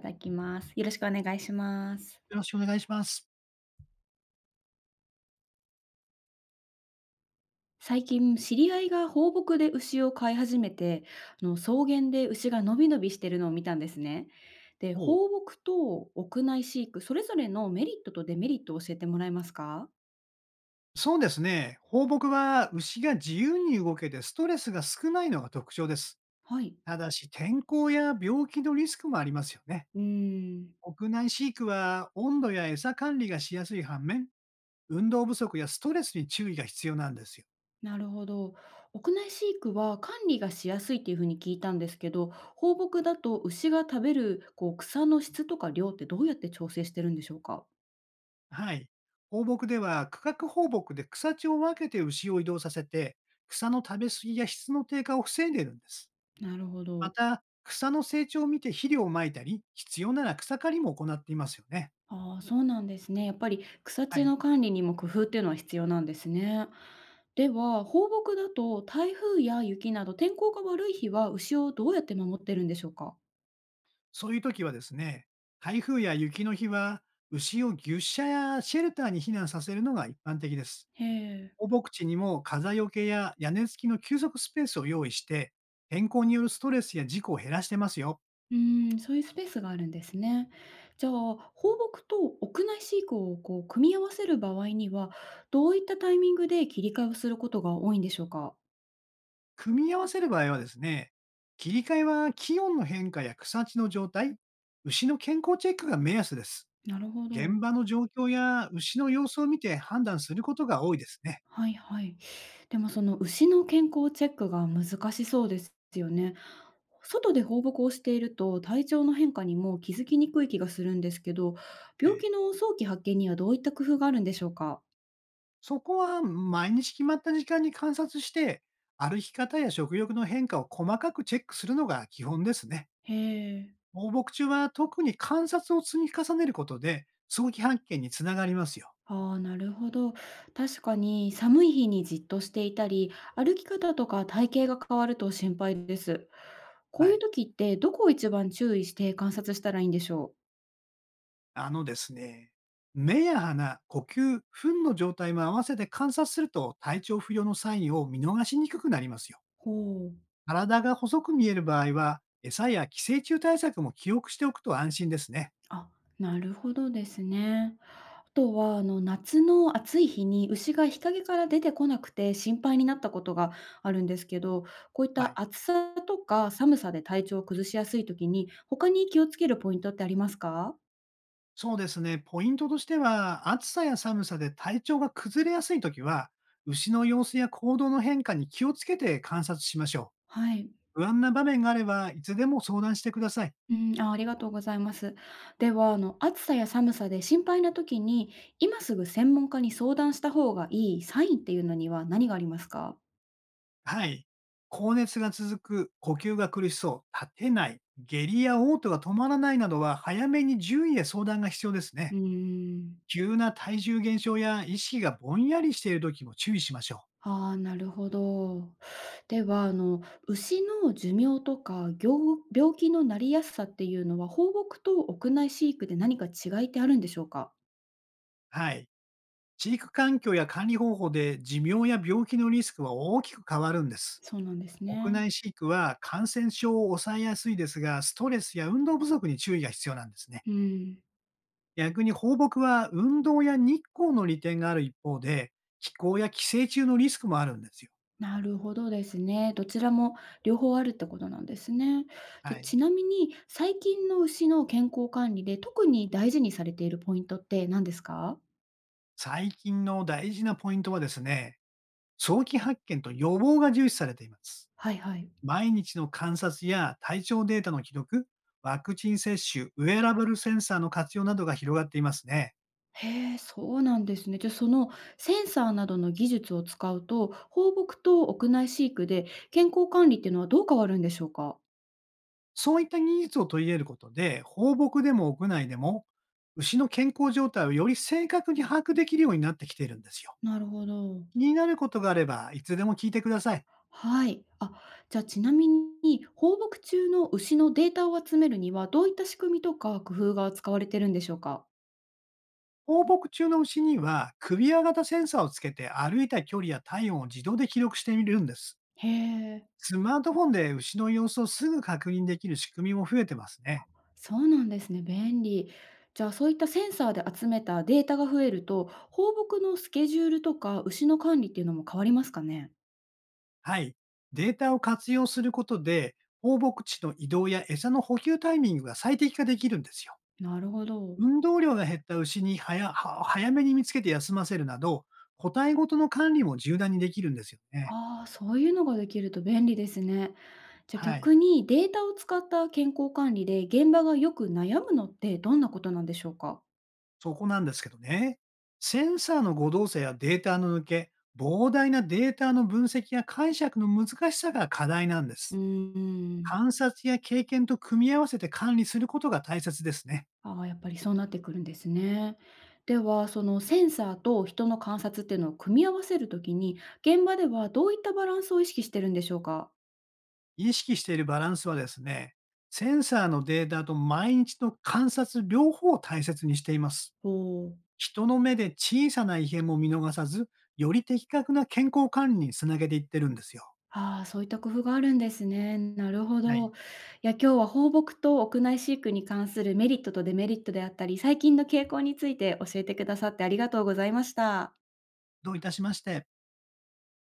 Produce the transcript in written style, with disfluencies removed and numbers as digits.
ただきます。よろしくお願いします。よろしくお願いします。最近、知り合いが放牧で牛を飼い始めて、草原で牛がのびのびしてるのを見たんですね。で、お放牧と屋内飼育、それぞれのメリットとデメリットを教えてもらえますか？そうですね。放牧は牛が自由に動けてストレスが少ないのが特徴です。はい。ただし天候や病気のリスクもありますよね。うーん、屋内飼育は温度や餌管理がしやすい反面、運動不足やストレスに注意が必要なんですよ。なるほど。屋内飼育は管理がしやすいっていうふうに聞いたんですけど、放牧だと牛が食べるこう草の質とか量ってどうやって調整してるんでしょうか？はい。放牧では区画放牧で草地を分けて牛を移動させて、草の食べ過ぎや質の低下を防いでいるんです。なるほまど。た、草の成長を見て肥料をまいたり、必要なら草刈りも行っていますよね。ああ、そうなんですね。やっぱり草は地い。の管理にも工夫っていうのは必要なんですね。では、放牧だと台風や雪など天候が悪い日は牛をどうやって守ってるんでしょうか？そういう時はですね、台風や雪の日は、牛を牛舎やシェルターに避難させるのが一般的です。へえ。放牧地にも風よけや屋根付きの休息スペースを用意して、天候によるストレスや事故を減らしてますよ。うーん、そういうスペースがあるんですね。じゃあ、放牧と屋内飼育をこう組み合わせる場合には、どういったタイミングで切り替えをすることが多いんでしょうか？組み合わせる場合はですね、切り替えは気温の変化や草地の状態、牛の健康チェックが目安です。なるほど。現場の状況や牛の様子を見て判断することが多いですね。はいはい。でもその牛の健康チェックが難しそうですよね。外で放牧をしていると体調の変化にも気づきにくい気がするんですけど、病気の早期発見にはどういった工夫があるんでしょうか？そこは毎日決まった時間に観察して、歩き方や食欲の変化を細かくチェックするのが基本ですね。へえ。放牧中は特に観察を積み重ねることで、早期発見につながりますよ。ああ、なるほど。確かに寒い日にじっとしていたり、歩き方とか体型が変わると心配です。こはういうい。時ってどこを一番注意して観察したらいいんでしょう？あのですね、目や鼻、呼吸、糞の状態も合わせて観察すると体調不良のサインを見逃しにくくなりますよ。ほう。体が細く見える場合は、餌や寄生虫対策も記憶しておくと安心ですね。あ、なるほどですね。あとは、夏の暑い日に牛が日陰から出てこなくて心配になったことがあるんですけど、こういっはい。た暑さとか寒さで体調を崩しやすい時に、他に気をつけるポイントってありますか？そうですね。ポイントとしては、暑さや寒さで体調が崩れやすいときは、牛の様子や行動の変化に気をつけて観察しましょはい。う。不安な場面があれば、いつでも相談してください。うん、あ、ありがとうございます。では、暑さや寒さで心配な時に、今すぐ専門家に相談した方がいいサインっていうのには何がありますか？はい。高熱が続く、呼吸が苦しそう、立てない、下痢や嘔吐が止まらないなどは、早めに獣医へ相談が必要ですうね。ーん。急な体重減少や意識がぼんやりしているときも注意しましょう。ああ、なるほど。では、牛の寿命とか、ぎょう病気のなりやすさっていうのは、放牧と屋内飼育で何か違いってあるんでしょうか？はい。飼育環境や管理方法で寿命や病気のリスクは大きく変わるんです。そうなんです屋ね。内飼育は感染症を抑えやすいですが、ストレスや運動不足に注意が必要なんですね。うん、逆に放牧は運動や日光の利点がある一方で、気候や寄生虫のリスクもあるんですよ。なるほどですね。どちらも両方あるってことなんですね。じはゃ、い。ちなみに、最近の牛の健康管理で特に大事にされているポイントって何ですか？最近の大事なポイントはですね、早期発見と予防が重視されています。はいはい。毎日の観察や体調データの記録、ワクチン接種、ウェアラブルセンサーの活用などが広がっていますね。へえ、そうなんですね。じゃ、あそのセンサーなどの技術を使うと、放牧と屋内飼育で健康管理っていうのはどう変わるんでしょうか？そういった技術を取り入れることで、放牧でも屋内でも、牛の健康状態をより正確に把握できるようになってきているんですよ。なるほど。気になることがあれば、いつでも聞いてください。はい。あ、じゃあちなみに、放牧中の牛のデータを集めるには、どういった仕組みとか工夫が使われてるんでしょうか？放牧中の牛には、首輪型センサーをつけて歩いた距離や体温を自動で記録してみるんです。へえ、スマートフォンで牛の様子をすぐ確認できる仕組みも増えてますね。そうなんですね、便利。じゃあそういったセンサーで集めたデータが増えると、放牧のスケジュールとか牛の管理っていうのも変わりますかね？はい。データを活用することで、放牧地の移動や餌の補給タイミングが最適化できるんですよ。なるほど。運動量が減った牛に早めに見つけて休ませるなど、個体ごとの管理も柔軟にできるんですよね。ああ、そういうのができると便利ですね。じゃあはい。逆にデータを使った健康管理で現場がよく悩むのってどんなことなんでしょうか？そこなんですけどね。センサーの誤動作やデータの抜け、膨大なデータの分析や解釈の難しさが課題なんでうーす。ん。観察や経験と組み合わせて管理することが大切ですね。ああ、やっぱりそうなってくるんですね。では、そのセンサーと人の観察っていうのを組み合わせるときに、現場ではどういったバランスを意識してるんでしょうか？意識しているバランスはですね、センサーのデータと毎日の観察両方を大切にしています。おおー。人の目で小さな異変も見逃さず、より的確な健康管理につなげていってるんですよ。ああ、そういった工夫があるんですね。なるほはど。い。いや、今日は放牧と屋内飼育に関するメリットとデメリットであったり、最近の傾向について教えてくださってありがとうございました。どういたしまして。